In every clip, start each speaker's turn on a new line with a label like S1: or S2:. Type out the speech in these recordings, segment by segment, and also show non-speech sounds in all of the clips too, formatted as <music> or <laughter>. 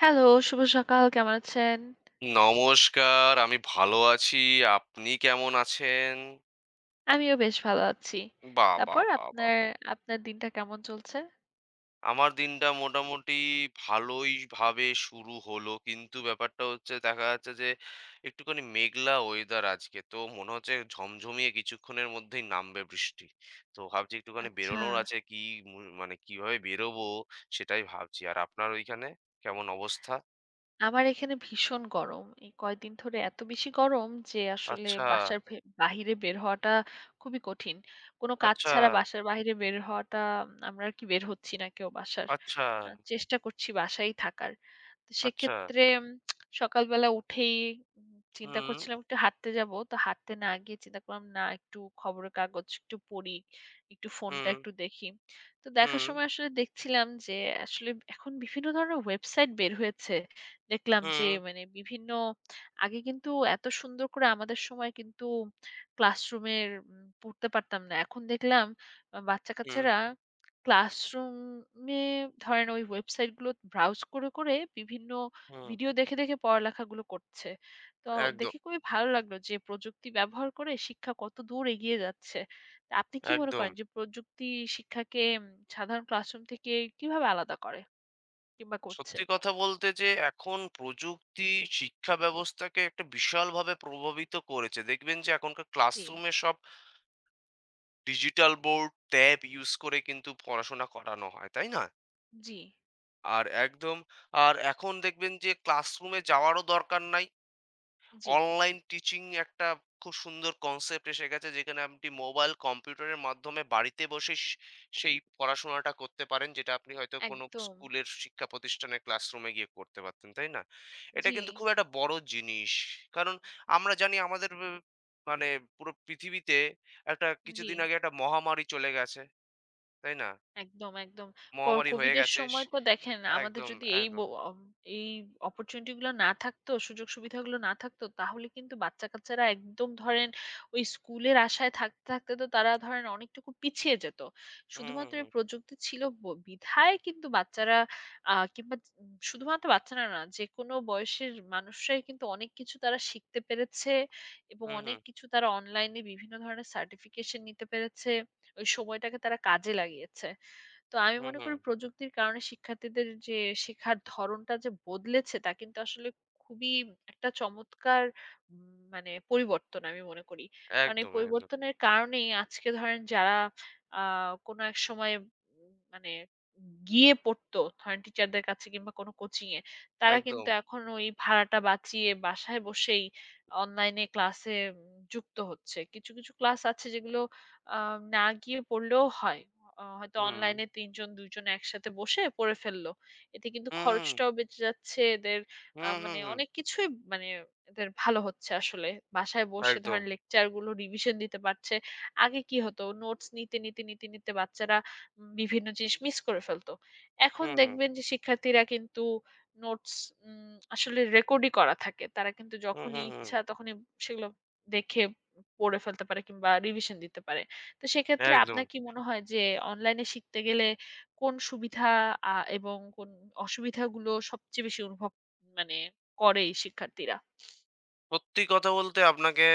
S1: Hello, শুভ সকাল। কেমন আছেন?
S2: নমস্কার, আমি ভালো আছি। আপনি কেমন আছেন?
S1: আমিও বেশ ভালো আছি।
S2: বাহ! বাহ!
S1: তারপর
S2: বাহ! বাহ!
S1: আপনার আপনার দিনটা কেমন চলছে?
S2: আমার দিনটা মোটামুটি ভালোই ভাবে শুরু হলো। কিন্তু ব্যাপারটা হচ্ছে দেখা যাচ্ছে যে একটুখানি মেঘলা ওয়েদার আজকে। তো মনে হচ্ছে ঝমঝমিয়ে কিছুক্ষণের মধ্যেই নামবে বৃষ্টি। তো ভাবছি একটুখানি
S1: আচ্ছা।
S2: বেরোনোর আছে কি মু মানে কিভাবে বেরোবো সেটাই ভাবছি। আর আপনার ওইখানে কেমন অবস্থা?
S1: আমার এখানে ভীষণ গরম। এই কয়েকদিন ধরে এত বেশি গরম যে আসলে
S2: আচ্ছা,
S1: বাসার ভে বাহিরে বের হওয়াটা খুবই কঠিন। কোনো কাজ
S2: আচ্ছা,
S1: ছাড়া বাসার বাহিরে বের হওয়াটা আমরা আরকি বের হচ্ছি না কেউ বাসার।
S2: আচ্ছা,
S1: চেষ্টা করছি বাসায়ই থাকার। তো
S2: আচ্ছা।
S1: সেক্ষেত্রে সকালবেলা উঠেই চিন্তা
S2: হুম,
S1: করছিলাম একটু হাঁটতে যাব। তো হাঁটতে না গিয়ে চিন্তা করলাম না একটু খবরের কাগজ একটু পড়ি, একটু
S2: হুম,
S1: ফোনটা একটু দেখি। তো দেখার
S2: হুম।
S1: সময় আসলে দেখছিলাম যে আসলে এখন বিভিন্ন ধরনের ওয়েবসাইট বের হয়েছে। দেখলাম যে
S2: হুম,
S1: মানে বিভিন্ন আগে কিন্তু এত সুন্দর করে আমাদের সময় কিন্তু ক্লাসরুমের পড়তে পারতাম না এখন দেখলাম বাচ্চা
S2: হুম,
S1: কাচ্চারা ক্লাসরুমে ধরেন ওই ওয়েবসাইট গুলো ব্রাউজ করে করে বিভিন্ন
S2: হুম।
S1: ভিডিও দেখে দেখে পড়ালেখাগুলো করছে তো
S2: একদম,
S1: দেখে খুবই ভালো লাগলো যে প্রযুক্তি ব্যবহার করে শিক্ষা কত দূর এগিয়ে যাচ্ছে তা আপনি কি মনে
S2: একদম।
S1: করেন যে প্রযুক্তি শিক্ষাকে সাধারণ ক্লাসরুম থেকে কিভাবে আলাদা করে কিংবা করছে?
S2: সত্যি কথা বলতে যে এখন প্রযুক্তি শিক্ষা ব্যবস্থাকে একটা বিশালভাবে প্রভাবিত করেছে। দেখবেন যে এখনকার
S1: জি,
S2: ক্লাসরুমে সব ডিজিটাল বোর্ড, ট্যাব ইউজ করে কিন্তু পড়াশোনা করানো হয়, তাই না?
S1: জি,
S2: আর একদম আর এখন দেখবেন যে ক্লাসরুমে যাওয়ারও দরকার নাই।
S1: জি,
S2: অনলাইন টিচিং একটা খুব সুন্দর কনসেপ্ট এসে গেছে যেখানে আপনি মোবাইল কম্পিউটারের মাধ্যমে বাড়িতে বসে সেই পড়াশোনাটা করতে পারেন যেটা আপনি হয়তো কোনো
S1: একদম।
S2: স্কুলের শিক্ষা প্রতিষ্ঠানের ক্লাসরুমে গিয়ে করতে পারতেন, তাই না? এটা
S1: জি,
S2: কিন্তু খুব একটা বড় জিনিস, কারণ আমরা জানি আমাদের মানে পুরো পৃথিবীতে একটা
S1: জি।
S2: কিছুদিন আগে একটা মহামারী চলে গেছে, তাই না?
S1: একদম, একদম।
S2: মহামারী হয়ে
S1: কোভিডের
S2: গেছে
S1: সময়
S2: স-
S1: তো দেখেন আমাদের
S2: একদম
S1: যদি এই ব
S2: একদম।
S1: অম এই অপরচুনিটি গুলো না থাকতো, সুযোগ-সুবিধাগুলো না থাকতো তাহলে কিন্তু বাচ্চা-কাচ্চারা একদম ধরেন ওই স্কুলের আশায় থাকতে, থাকতে তো তারা ধরেন অনেকটুকু পিছিয়ে যেত।
S2: হুম হুম
S1: শুধুমাত্র এই
S2: হুম।
S1: প্রযুক্তি ছিল বিধায় কিন্তু বাচ্চারা আ কিংবা উম শুধুমাত্র বাচ্চারা না, যেকোনো বয়সের মানুষরাই কিন্তু অনেক কিছু তারা শিখতে পেরেছে এবং
S2: হুম
S1: অনেক
S2: হুম
S1: কিছু তারা অনলাইনে বিভিন্ন ধরনের সার্টিফিকেশন নিতে পেরেছে। ওই সময়টাকে তারা কাজে লাগিয়েছে। তো আমি
S2: হুম
S1: মনে
S2: হুম।
S1: করি প্রযুক্তির কারণে শিক্ষার্থীদের যে শেখার ধরনটা যে বদলেছে তা কিন্তু আসলে খুবই একটা চমৎকার মানে পরিবর্তন আমি মনে করি কারণ এই
S2: একদম একদম
S1: পরিবর্তনের কারণেই আজকে ধরেন যারা কোনো এক সময় মানে গিয়ে পড়তো ধরেন টিচারদের কাছে কিংবা কোনো কোচিং এ তারা
S2: একদম।
S1: কিন্তু এখন ওই ভাড়াটা বাঁচিয়ে বাসায় বসেই অনলাইনে ক্লাসে যুক্ত হচ্ছে কিছু কিছু ক্লাস আছে যেগুলো না গিয়ে পড়লেও হয় হয়তো
S2: হুম
S1: অনলাইনে ৩ জন ২ জন একসাথে বসে পড়ে ফেললো। এতে কিন্তু
S2: হুম।
S1: খরচটাও বেঁচে যাচ্ছে এদের
S2: হুম, হুম,
S1: মানে
S2: হুম।
S1: অনেক কিছুই মানে এদের ভালো হচ্ছে আসলে। বাসায় বসে
S2: একদম।
S1: ধরেন লেকচার গুলো রিভিশন দিতে পারছে। আগে কি হতো নোটস নিতে, নিতে, নিতে, নিতে বাচ্চারা বিভিন্ন জিনিস মিস করে ফেলতো। এখন
S2: হুম, হুম,
S1: দেখবেন যে শিক্ষার্থীরা কিন্তু নোটস আসলে রেকর্ডই করা থাকে। তারা কিন্তু
S2: হুম,
S1: যখনই
S2: হুম, হুম।
S1: ইচ্ছা তখনই সেগুলো দেখে পড়ে ফেলতে পারে কিংবা রিভিশন দিতে পারে। তো সেক্ষেত্রে
S2: একদম।
S1: আপনার কি মনে হয় যে অনলাইনে শিখতে গেলে কোন সুবিধা আ এবং কোন অসুবিধাগুলো সবচেয়ে বেশি অনুভব মানে করে এই শিক্ষার্থীরা?
S2: সত্যি কথা বলতে আপনাকে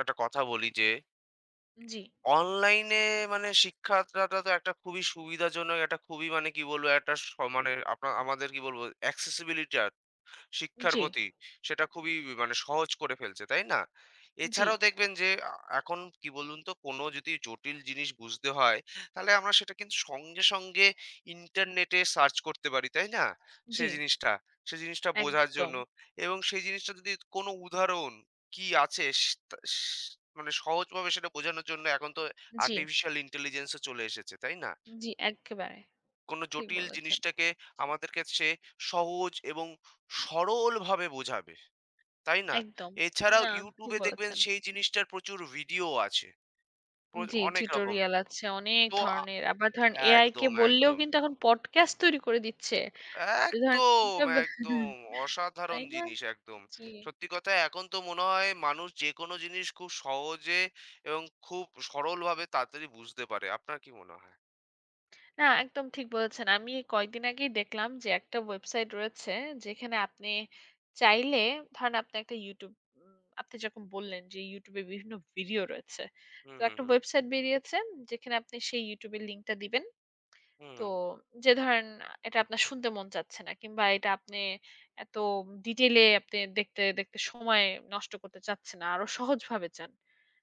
S2: একটা কথা বলি যে,
S1: জি,
S2: অনলাইনে মানে শিক্ষাটা তো একটা খুবই সুবিধাজনক, একটা খুবই মানে কি বলবো একটা মানে আমাদের কি বলবো accessibility শিক্ষার
S1: জি,
S2: প্রতি সেটা খুবই মানে সহজ করে ফেলছে, তাই না?
S1: জি,
S2: এছাড়াও দেখবেন যে এখন কি বলুন তো, কোনো যদি জটিল জিনিস বুঝতে হয় তাহলে আমরা সেটা কিন্তু সঙ্গে সঙ্গে ইন্টারনেটে সার্চ করতে পারি, তাই না?
S1: জি,
S2: সেই জিনিসটা সেই জিনিসটা বোঝার জন্য
S1: একদম।
S2: এবং সেই জিনিসটা যদি কোনো উদাহরণ কি আছে মানে সহজভাবে সেটা বোঝানোর জন্য এখন তো
S1: জি,
S2: আর্টিফিশিয়াল ইন্টেলিজেন্সও চলে এসেছে, তাই না?
S1: জি, একেবারে
S2: কোনো
S1: ঠিক
S2: জটিল
S1: বলেছেন।
S2: জিনিসটাকে আমাদের কাছে সহজ এবং সরলভাবে বোঝাবে, তাই না?
S1: একদম।
S2: এছাড়াও
S1: না,
S2: YouTube
S1: ঠিক
S2: এ দেখবেন
S1: বলেছেন।
S2: সেই জিনিসটার প্রচুর ভিডিও আছে। প্র
S1: জি,
S2: অনেক রকম।
S1: টিউটোরিয়াল আছে অনেক
S2: তো আ
S1: ধরনের। আবার ধরেন AI কে
S2: একদম,
S1: বললেও
S2: একদম।
S1: কিন্তু এখন পডকাস্ট তৈরি করে দিচ্ছে। ধরেন
S2: একদম, একদম।
S1: <laughs>
S2: অসাধারণ
S1: তাই না?
S2: জিনিস একদম।
S1: জি।
S2: সত্যি কথা এখন তো মনে হয় মানুষ যেকোনো জিনিস খুব সহজে এবং খুব সরলভাবে তাড়াতাড়ি বুঝতে পারে। আপনার কি মনে হয়?
S1: না, একদম ঠিক বলেছেন। আমি কয়েকদিন আগেই দেখলাম যে একটা ওয়েবসাইট রয়েছে যেখানে আপনি চাইলে ধরেন আপনি একটা YouTube আপনি যখন বললেন যে YouTube এ বিভিন্ন ভিডিও রয়েছে।
S2: হুম,
S1: তো
S2: হুম,
S1: একটা
S2: হুম।
S1: ওয়েবসাইট বেরিয়েছে যেখানে আপনি সেই YouTube এর লিংকটা দিবেন।
S2: হুম, হুম,
S1: তো
S2: হুম।
S1: যে ধরেন এটা আপনার শুনতে মন চাচ্ছে না কিংবা এটা আপনি এত ডিটেইলে আপনি দেখতে, দেখতে সময় নষ্ট করতে চাচ্ছেন না। আরো সহজভাবে চান।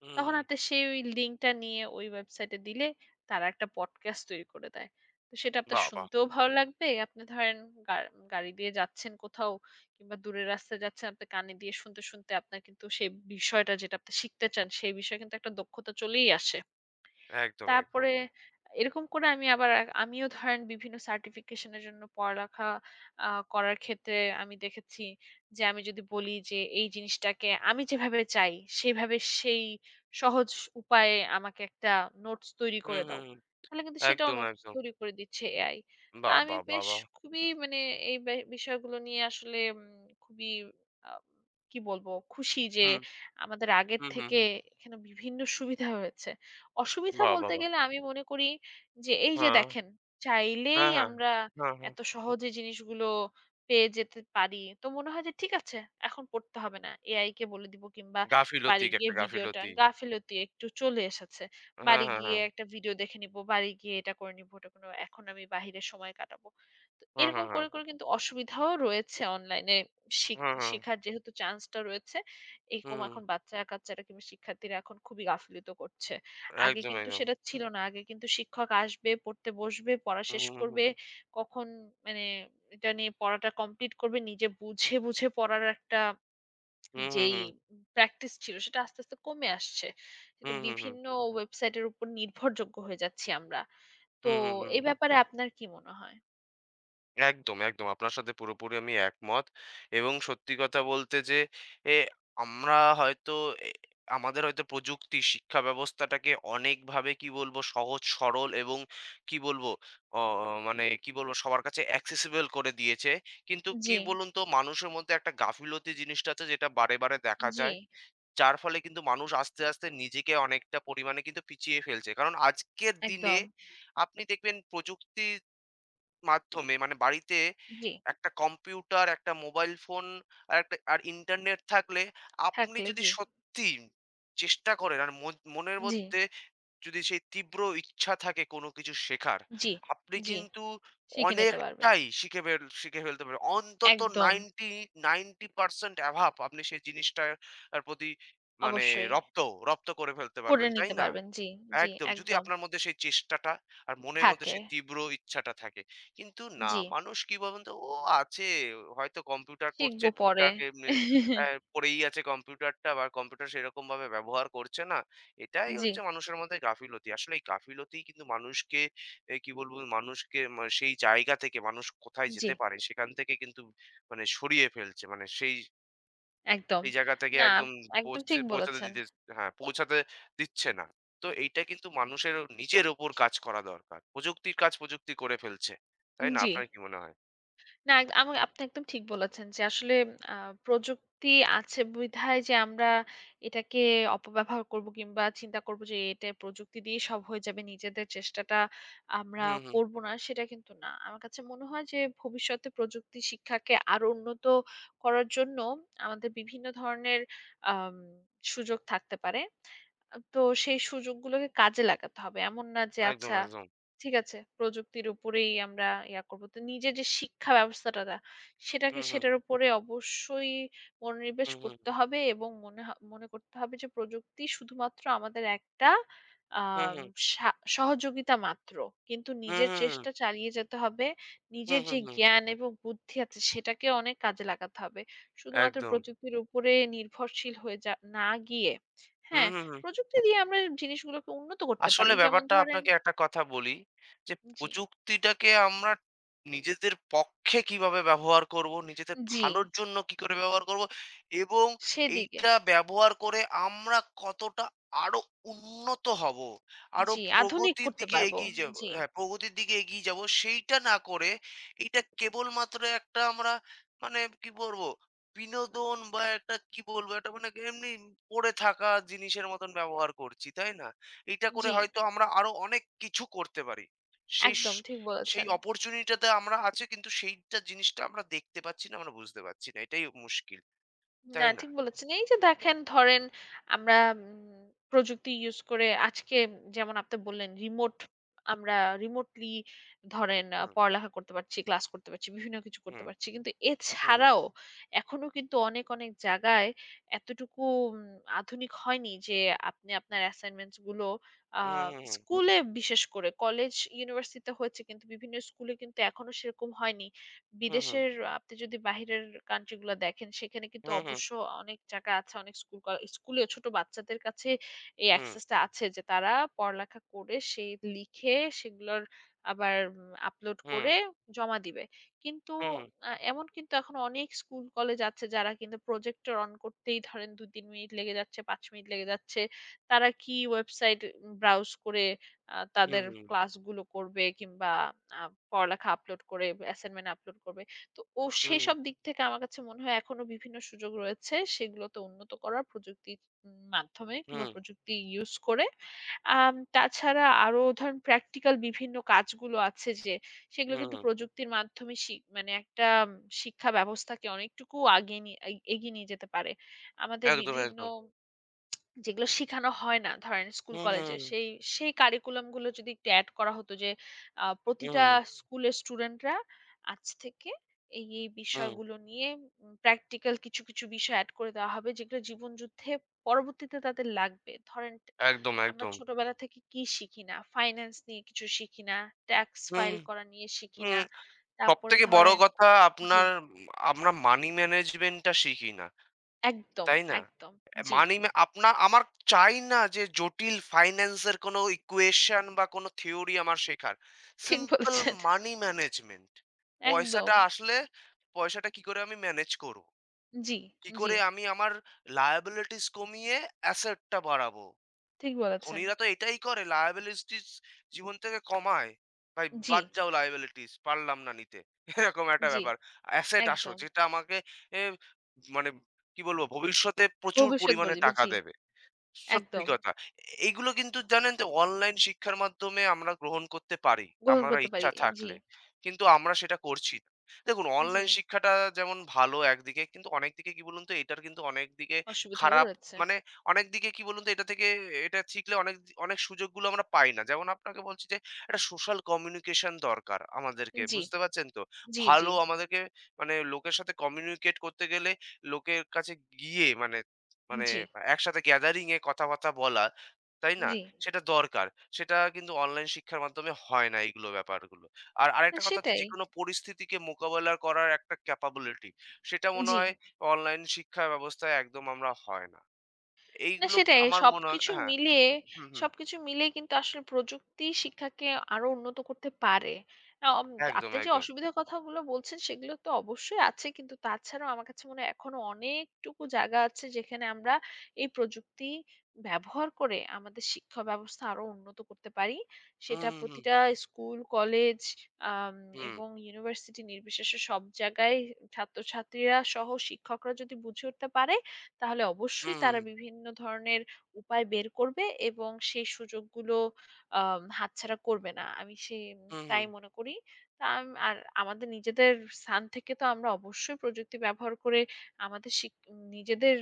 S2: হুম।
S1: তখন একটা সেই ওই লিঙ্কটা নিয়ে ওই ওয়েবসাইটে দিলে তারা একটা পডকাস্ট তৈরি করে দেয়। তো সেটা আপনার
S2: বাহ! বাহ!
S1: শুনতেও ভালো লাগবে। আপনি ধরেন গা গাড়ি দিয়ে যাচ্ছেন কোথাও কিংবা দূরের রাস্তায় যাচ্ছেন, আপনি কানে দিয়ে শুনতে, শুনতে আপনার কিন্তু সেই বিষয়টা যেটা আপনি শিখতে চান সেই বিষয়ে কিন্তু একটা দক্ষতা চলেই আসে।
S2: একদম, একদম।
S1: তারপরে এরকম করে আমি আমিও ধরেন বিভিন্ন সার্টিফিকেশন এর জন্য পড়ালেখা আ করার ক্ষেত্রে আমি দেখেছি যে আমি যদি বলি যে এই জিনিসটাকে আমি যেভাবে চাই সেভাবে সেই সহজ উপায়ে আমাকে একটা নোটস তৈরি
S2: হুম,
S1: করে
S2: হুম,
S1: দাও।
S2: হুম।
S1: তাহলে কিন্তু সেটাও
S2: একদম,
S1: নোটস
S2: একদম।
S1: তৈরি করে দিচ্ছে এআই। তা
S2: বাহ!
S1: আমি
S2: বাহ! বাহ!
S1: বেশ
S2: বাহ!
S1: খুবই মানে এই বে বিষয়গুলো নিয়ে আসলে খুবই আ কি বলবো খুশি যে
S2: হুম,
S1: আমাদের আগের
S2: হুম, হুম,
S1: থেকে
S2: হুম।
S1: এখানে বিভিন্ন সুবিধা হয়েছে। অসুবিধা
S2: বাহ! বাহ!
S1: বলতে
S2: বাহ!
S1: গেলে আমি মনে করি যে এই যে
S2: হ্যাঁ।
S1: দেখেন, চাইলেই
S2: হ্যাঁ, হ্যাঁ।
S1: আমরা
S2: হ্যাঁ, হ্যাঁ।
S1: এত সহজে জিনিসগুলো পেয়ে যেতে পারি। তো মনে হয় যে ঠিক আছে, এখন পড়তে হবে না। এআই কে বলে দিব কিংবা
S2: গাফিলতি,
S1: বাড়ি গিয়ে
S2: একটা
S1: ভিডিওটা
S2: গাফিলতি।
S1: গাফিলতি একটু চলে এসেছে।
S2: হ্যাঁ,
S1: বাড়ি
S2: হ্যাঁ,
S1: গিয়ে
S2: হ্যাঁ।
S1: একটা ভিডিও দেখে নিব, বাড়ি গিয়ে এটা করে নিব, ওটা করে নেব। এখন আমি বাহিরে সময় কাটাবো। তো
S2: হ্যাঁ,
S1: এরকম
S2: হ্যাঁ, হ্যাঁ।
S1: করে, করে কিন্তু অসুবিধাও রয়েছে অনলাইনে শিখ
S2: হ্যাঁ, হ্যাঁ।
S1: শিখার যেহেতু চান্সটা রয়েছে, এরকম
S2: হুম।
S1: এখন বাচ্চা-কাচ্চারা কিংবা শিক্ষার্থীরা এখন খুবই গাফিলতিও করছে। আগে
S2: একদম,
S1: কিন্তু
S2: একদম।
S1: সেটা ছিল না। আগে কিন্তু শিক্ষক আসবে, পড়তে বসবে, পড়া
S2: হুম,
S1: শেষ
S2: হুম, হুম।
S1: করবে। কখন মানে এটা নিয়ে পড়াটা কমপ্লিট করবে, নিজে বুঝে, বুঝে পড়ার একটা
S2: হুম, হুম,
S1: যেই
S2: হুম।
S1: প্র্যাকটিস ছিল সেটা আস্তে, আস্তে কমে আসছে। সেটা
S2: হুম, হুম, হুম।
S1: বিভিন্ন ওয়েবসাইটের উপর নির্ভরযোগ্য হয়ে যাচ্ছি আমরা। তো
S2: হুম হুম।
S1: এ ব্যাপারে আপনার কি মনে হয়?
S2: একদম, একদম। আপনার সাথে পুরোপুরি আমি একমত। এবং সত্যি কথা বলতে যে এ আমরা হয়তো এ আমাদের হয়তো প্রযুক্তি শিক্ষা ব্যবস্থাটাকে অনেকভাবে কি বলবো সহজ, সরল এবং কি বলবো অ মানে কি বলবো সবার কাছে accessible করে দিয়েছে। কিন্তু কি
S1: জি,
S2: বলুন তো, মানুষের মধ্যে একটা গাফিলতি জিনিসটা আছে যেটা বারে, বারে দেখা
S1: জি,
S2: যায়। যার ফলে কিন্তু মানুষ আস্তে, আস্তে নিজেকে অনেকটা পরিমাণে কিন্তু পিছিয়ে ফেলছে। কারণ আজকের দিনে
S1: একদম।
S2: আপনি দেখবেন প্রযুক্তির মাধ্যমে মানে বাড়িতে
S1: জি,
S2: একটা কম্পিউটার, একটা মোবাইল ফোন আর একটা আর ইন্টারনেট থাকলে, আপনি
S1: থাকলে
S2: যদি
S1: জি,
S2: সত্যি চেষ্টা করেন আর মনের
S1: জি,
S2: মধ্যে যদি সেই তীব্র ইচ্ছা থাকে কোনো কিছু শেখার,
S1: জি,
S2: আপনি
S1: জি,
S2: কিন্তু
S1: শিখে নিতে পারবেন।
S2: অনেকটাই শিখে ফেলতে পারেন। অন্তত
S1: একদম,
S2: 90 90% অ্যাভাব আপনি সেই জিনিসটার প্রতি মানে
S1: অবশ্যই।
S2: রপ্ত রপ্ত করে ফেলতে
S1: করে
S2: পারবেন, তাই
S1: নিতে
S2: না?
S1: পারবেন। জি, জি,
S2: একদম। যদি
S1: একদম।
S2: আপনার মধ্যে সেই চেষ্টাটা আর মনের মধ্যে
S1: থাকে।
S2: সেই তীব্র ইচ্ছাটা থাকে। কিন্তু না,
S1: জি।
S2: মানুষ কি বলুন তো? ও আছে হয়তো কম্পিউটার করছে
S1: শিখবো পরে।
S2: টুকটাক এমনি।
S1: <laughs>
S2: অ্যা পড়েই আছে কম্পিউটারটা, বা কম্পিউটার সেরকমভাবে ব্যবহার করছে না। এটাই
S1: জি,
S2: হচ্ছে মানুষের মধ্যে গাফিলতি। আসলে এই গাফিলতিই কিন্তু মানুষকে কি বলবো? মানুষকে মা সেই জায়গা থেকে মানুষ কোথায়
S1: জি,
S2: যেতে পারে সেখান থেকে কিন্তু মানে সরিয়ে ফেলছে। মানে সেই
S1: একদম।
S2: সেই জায়গা থেকে
S1: না,
S2: একদম
S1: একদম ঠিক
S2: পৌঁছাতে
S1: বলেছেন।
S2: দিতে, হ্যাঁ, পৌঁছাতে দিচ্ছে না। তো এইটা কিন্তু মানুষের নিজের ওপর কাজ করা দরকার। প্রযুক্তির কাজ প্রযুক্তি করে ফেলছে। তাই না?
S1: জি।
S2: আপনার কি মনে হয়?
S1: না, এক আমা আপনি একদম ঠিক বলেছেন যে আসলে আ প্রযুক্তি আছে বিধায় যে আমরা এটাকে অপব্যবহার করব কিংবা চিন্তা করব যে এটা প্রযুক্তি দিয়ে সব হয়ে যাবে। নিজেদের চেষ্টাটা আমরা
S2: হুম, হুম।
S1: করব না সেটা কিন্তু না। আমার কাছে মনে হয় যে ভবিষ্যতে প্রযুক্তি শিক্ষাকে আরো উন্নত করার জন্য আমাদের বিভিন্ন ধরনের আম সুযোগ থাকতে পারে। তো সেই সুযোগগুলোকে কাজে লাগাতে হবে। এমন না যে
S2: একদম,
S1: আচ্ছা
S2: একদম।
S1: ঠিক আছে। প্রযুক্তির উপরেই আমরা ইয়া করব। তো নিজের যে শিক্ষা ব্যবস্থাটা
S2: হুম, হুম,
S1: সেটার উপরে অবশ্যই মনোনিবেশ
S2: হুম, হুম,
S1: করতে হবে এবং মনে করতে হবে যে প্রযুক্তি শুধুমাত্র আমাদের একটা
S2: হুম,
S1: আম
S2: হুম,
S1: সা সহযোগিতা মাত্র। কিন্তু
S2: হুম,
S1: নিজের
S2: হুম, হুম,
S1: চেষ্টা চালিয়ে যেতে হবে।
S2: হুম,
S1: নিজের
S2: হুম,
S1: যে
S2: হুম,
S1: জ্ঞান এবং বুদ্ধি আছে সেটাকে অনেক কাজে লাগাতে হবে। শুধুমাত্র
S2: একদম।
S1: প্রযুক্তির উপরে নির্ভরশীল হয়ে যা না গিয়ে
S2: হুম,
S1: হ্যাঁ,
S2: হুম, হুম।
S1: প্রযুক্তি দিয়ে আমরা জিনিসগুলোকে উন্নত করতে
S2: আসলে
S1: পারি। যেমন
S2: ব্যাপারটা
S1: ধরেন
S2: আপনাকে একটা কথা বলি যে
S1: জি।
S2: প্রযুক্তিটাকে আমরা নিজেদের পক্ষে কিভাবে ব্যবহার করব, নিজেদের
S1: জি,
S2: ভালোর জন্য কি করে ব্যবহার করব এবং
S1: সেদিকে।
S2: এইটা ব্যবহার করে আমরা কতটা আরো উন্নত হব, আরো
S1: জি, আধুনিক
S2: প্রগতির
S1: করতে
S2: দিকে
S1: পারব।
S2: এগিয়ে যাব,
S1: জি,
S2: হ্যাঁ, প্রগতির দিকে এগিয়ে যাব, সেইটা না করে এটা কেবলমাত্র একটা আমরা মানে কি বলবো বিনোদন বা একটা কি বলবো একটা মানে এমনি পড়ে থাকা জিনিসের মতন ব্যবহার করছি, তাই না? এইটা করে
S1: জি।
S2: হয়তো আমরা আরো অনেক কিছু করতে পারি। সেই স
S1: একদম ঠিক
S2: সেই
S1: বলেছেন।
S2: অপরচুনিটিটা আমরা আছে, কিন্তু সেইটা জিনিসটা আমরা দেখতে পাচ্ছি না, আমরা বুঝতে পারছি না। এটাই মুশকিল।
S1: না,
S2: তাই না?
S1: ঠিক বলেছেন। এই যে দেখেন ধরেন আমরা প্রযুক্তি ইউস করে আজকে যেমন আপনি বললেন রিমোট আমরা রিমোটলি ধরেন
S2: হুম,
S1: পড়ালেখা করতে পারছি, ক্লাস করতে পারছি, বিভিন্ন কিছু করতে
S2: হুম,
S1: পারছি। কিন্তু
S2: হুম,
S1: এছাড়াও এখনো কিন্তু অনেক, অনেক জায়গায় এতটুকু উম আধুনিক হয়নি যে আপনি আপনার অ্যাসাইনমেন্টস গুলো আ
S2: হুম,
S1: স্কুলে বিশেষ করে কলেজ, ইউনিভার্সিটিতে হয়েছে কিন্তু বিভিন্ন স্কুলে কিন্তু এখনো সেরকম হয়নি।
S2: হুম, হুম,
S1: বিদেশের আপনি যদি বাহিরের কান্ট্রি গুলা দেখেন সেখানে কিন্তু
S2: হুম, হুম,
S1: অবশ্য অনেক জায়গা আছে অনেক স্কুলেও ছোট বাচ্চাদের কাছে এই
S2: হুম,
S1: অ্যাক্সেস টা আছে যে তারা পড়ালেখা করে সেই লিখে সেগুলোর আবার আপলোড
S2: হুম,
S1: করে জমা দিবে। কিন্তু
S2: হুম,
S1: এমন কিন্তু এখন অনেক স্কুল কলেজ আছে যারা কিন্তু প্রজেক্টর অন করতেই ধরেন ২-৩ মিনিট লেগে যাচ্ছে, ৫ মিনিট লেগে যাচ্ছে। তারা কি ওয়েবসাইট ব্রাউজ করে তাদের
S2: হুম,
S1: ক্লাসগুলো করবে কিংবা আ পড়ালেখা আপলোড করে অ্যাসাইনমেন্ট আপলোড করবে। তো ও
S2: হুম,
S1: সেসব দিক থেকে আমার কাছে মনে হয় এখনো বিভিন্ন সুযোগ রয়েছে সেগুলোতে উন্নত করার প্রযুক্তির মাধ্যমে কিংবা
S2: হুম,
S1: প্রযুক্তি ইউজ করে। তাছাড়া আরো ধরেন প্র্যাকটিক্যাল বিভিন্ন কাজগুলো আছে যে সেগুলো
S2: হুম,
S1: কিন্তু প্রযুক্তির মাধ্যমে মানে একটা শিক্ষা ব্যবস্থাকে অনেকটুকু আগিয়ে নিয়ে এ এগিয়ে নিয়ে যেতে পারে। আমাদের
S2: একদম,
S1: বিভিন্ন
S2: একদম।
S1: যেগুলো শিখানো হয় না ধরেন স্কুল
S2: হুম,
S1: কলেজে
S2: হুম,
S1: সেই সেই কারিকুলাম গুলো যদি একটু অ্যাড করা হতো যে প্রতিটা
S2: হুম,
S1: স্কুলের স্টুডেন্টরা আজ থেকে এই এই
S2: হুম,
S1: বিষয়গুলো নিয়ে প্র্যাকটিক্যাল কিছু কিছু বিষয় অ্যাড করে দেওয়া হবে যেগুলো জীবন যুদ্ধে পরবর্তীতে তাদের লাগবে ধরেন
S2: একদম,
S1: আমরা
S2: একদম।
S1: ছোটবেলা থেকে কি শিখি না ফাইন্যান্স নিয়ে কিছু শিখি না ট্যাক্স
S2: হুম,
S1: ফাইল করা নিয়ে শিখি
S2: হুম।
S1: না তারপরে
S2: সবথেকে বড়
S1: ধরেন
S2: কথা
S1: জি,
S2: আপনার আমরা মানি ম্যানেজমেন্ট টা শিখি না।
S1: একদম,
S2: তাই না?
S1: একদম, জি,
S2: মানি মা আপনা আমার চাই না যে জটিল ফাইন্যান্স এর কোনো ইকুয়েশন বা কোনো থিওরি আমার শেখার।
S1: ঠিক
S2: সিম্পল
S1: বলেছেন,
S2: মানি ম্যানেজমেন্ট। পয়সাটা
S1: একদম,
S2: আসলে পয়সাটা কি করে আমি ম্যানেজ করব?
S1: জি,
S2: কি
S1: জি,
S2: করে আমি আমার লায়াবিলিটিস কমিয়ে অ্যাসেট টা বাড়াবো?
S1: ঠিক বলেছেন।
S2: ধনীরা তো এটাই করে, লায়াবিলিটিস জীবন থেকে কমায়। ভাই
S1: জি,
S2: বাদ যাও, লায়াবিলিটিস পারলাম না নিতে। <laughs> এরকম একটা
S1: জি,
S2: ব্যাপার। অ্যাসেট আসো
S1: একদম।
S2: যেটা আমাকে এ মানে কি বলবো ভবিষ্যতে প্রচুর
S1: ভবিষ্যৎ
S2: পরিমাণে
S1: গড়ে দিবে।
S2: টাকা
S1: জি,
S2: দেবে। সত্যি
S1: একদম।
S2: কথা। এইগুলো কিন্তু জানেন তো, অনলাইন শিক্ষার মাধ্যমে আমরা গ্রহণ করতে পারি,
S1: গ্রহণ
S2: আমরা
S1: করতে পারি।
S2: ইচ্ছা
S1: জি,
S2: থাকলে। কিন্তু আমরা সেটা করছি না। দেখুন
S1: জি।
S2: অনলাইন শিক্ষাটা যেমন ভালো একদিকে, কিন্তু অনেক দিকে কি বলুন তো এটার কিন্তু অনেক দিকে
S1: অসুবিধাও
S2: খারাপ
S1: রয়েছে।
S2: মানে অনেক দিকে কি বলুন তো এটা থেকে এটা শিখলে অনেক সুযোগগুলো আমরা পাই না। যেমন আপনাকে বলছি যে একটা সোশ্যাল কমিউনিকেশন দরকার আমাদেরকে।
S1: জি,
S2: বুঝতে পারছেন তো?
S1: জি, জি,
S2: ভালো আমাদেরকে মানে লোকের সাথে কমিউনিকেট করতে গেলে লোকের কাছে গিয়ে মানে মানে
S1: জি,
S2: একসাথে গ্যাদারিং এ কথাবার্তা বলা, তাই না?
S1: জি।
S2: সেটা দরকার। সেটা কিন্তু অনলাইন শিক্ষার মাধ্যমে হয় না, এইগুলো ব্যাপারগুলো। আর
S1: না
S2: আরেকটা কথা হচ্ছে
S1: সেটাই।
S2: যেকোনো পরিস্থিতিকে মোকাবেলা করার একটা ক্যাপাবিলিটি। সেটা মনে
S1: জি।
S2: হয় অনলাইন শিক্ষা ব্যবস্থায় একদম আমরা হয় না।
S1: না
S2: এইগুলো
S1: সেটাই।
S2: আমার মনে হয়,
S1: সবকিছু
S2: হ্যাঁ।
S1: মিলিয়ে
S2: হুম, হুম।
S1: সবকিছু মিলিয়ে কিন্তু আসলে প্রযুক্তি শিক্ষাকে আরো উন্নত করতে পারে। আ অম
S2: একদম,
S1: আপনি যে
S2: একদম।
S1: অসুবিধার কথাগুলো বলছেন সেগুলো তো অবশ্যই আছে। কিন্তু তাছাড়াও আমার কাছে মনে হয় এখনো অনেকটুকু জায়গা আছে যেখানে আমরা এই প্রযুক্তি ব্যবহার করে আমাদের শিক্ষা ব্যবস্থা আরো উন্নত করতে পারি। সেটা
S2: হুম, হুম,
S1: প্রতিটা স্কুল, কলেজ আম
S2: হুম।
S1: এবং ইউনিভার্সিটি নির্বিশেষে সব জায়গায় ছাত্রছাত্রীরা সহ শিক্ষকরা যদি বুঝে উঠতে পারে তাহলে অবশ্যই
S2: হুম, হুম,
S1: তারা বিভিন্ন ধরনের উপায় বের করবে এবং সেই সুযোগগুলো হাতছাড়া করবে না। আমি সে
S2: হুম,
S1: তাই
S2: হুম,
S1: মনে করি। তা আম আর আমাদের নিজেদের স্থান থেকে তো আমরা অবশ্যই প্রযুক্তি ব্যবহার করে আমাদের শিক নিজেদের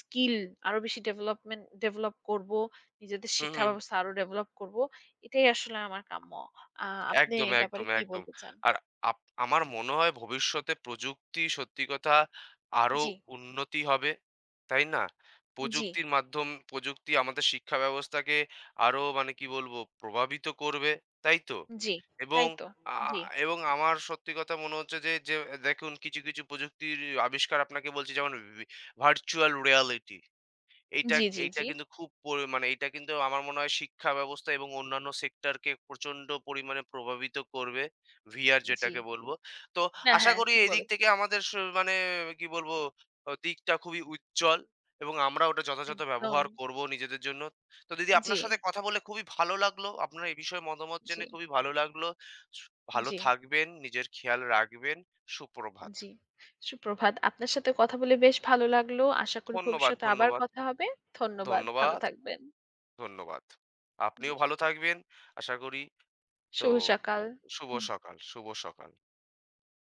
S1: স্কিল আরো বেশি ডেভেলপ করব। নিজেদের
S2: হুম,
S1: শিক্ষা
S2: হুম।
S1: ব্যবস্থা আরো ডেভেলপ করব। এটাই আসলে আমার কাম্য। আ আপনি
S2: একদম,
S1: এ ব্যাপারে
S2: একদম,
S1: কি
S2: একদম।
S1: বলতে চান?
S2: আর আপ আমার মনে হয় ভবিষ্যতে প্রযুক্তি সত্যি কথা আরো
S1: জি,
S2: উন্নতি হবে। তাই না?
S1: জি,
S2: প্রযুক্তি আমাদের শিক্ষা ব্যবস্থাকে আরো মানে কি বলবো প্রভাবিত করবে। তাই তো?
S1: জি।
S2: এবং
S1: তাই তো।
S2: আ
S1: জি।
S2: এবং আমার সত্যি কথা মনে হচ্ছে যে, দেখুন কিছু, কিছু প্রযুক্তির আবিষ্কার আপনাকে বলছি, যেমন ভার্চুয়াল রিয়ালিটি। এইটা,
S1: জি, জি,
S2: এইটা
S1: জি,
S2: কিন্তু খুব পরি মানে এইটা কিন্তু আমার মনে হয় শিক্ষা ব্যবস্থা এবং অন্যান্য সেক্টরকে প্রচন্ড পরিমাণে প্রভাবিত করবে। VR
S1: জি।
S2: যেটাকে বলব। তো
S1: না,
S2: আশা
S1: হ্যাঁ,
S2: করি
S1: ঠিক
S2: এদিক থেকে
S1: বলেছেন।
S2: আমাদের স মানে কি বলব দিকটা খুবই উজ্জ্বল এবং আমরা ওটা যথাযথ
S1: একদম।
S2: ব্যবহার করব নিজেদের জন্য। তো দিদি,
S1: জি,
S2: আপনার সাথে কথা বলে খুবই ভালো লাগলো। আপনার এই বিষয়ে মতামত
S1: জি,
S2: জেনে খুবই ভালো লাগলো। সু ভালো
S1: জি,
S2: থাকবেন, নিজের খেয়াল রাখবেন। সুপ্রভাত।
S1: জি। সুপ্রভাত। আপনার সাথে কথা বলে বেশ ভালো লাগলো। আশা করি
S2: ধন্যবাদ,
S1: ভবিষ্যতে আবার
S2: ধন্যবাদ,
S1: কথা হবে। ধন্যবাদ। ভালো
S2: ধন্যবাদ।
S1: থাকবেন।
S2: ধন্যবাদ।
S1: জি।
S2: আপনিও ভালো থাকবেন। আশা করি। তো
S1: শুভ সকাল।
S2: শুভ সকাল, শুভ সকাল।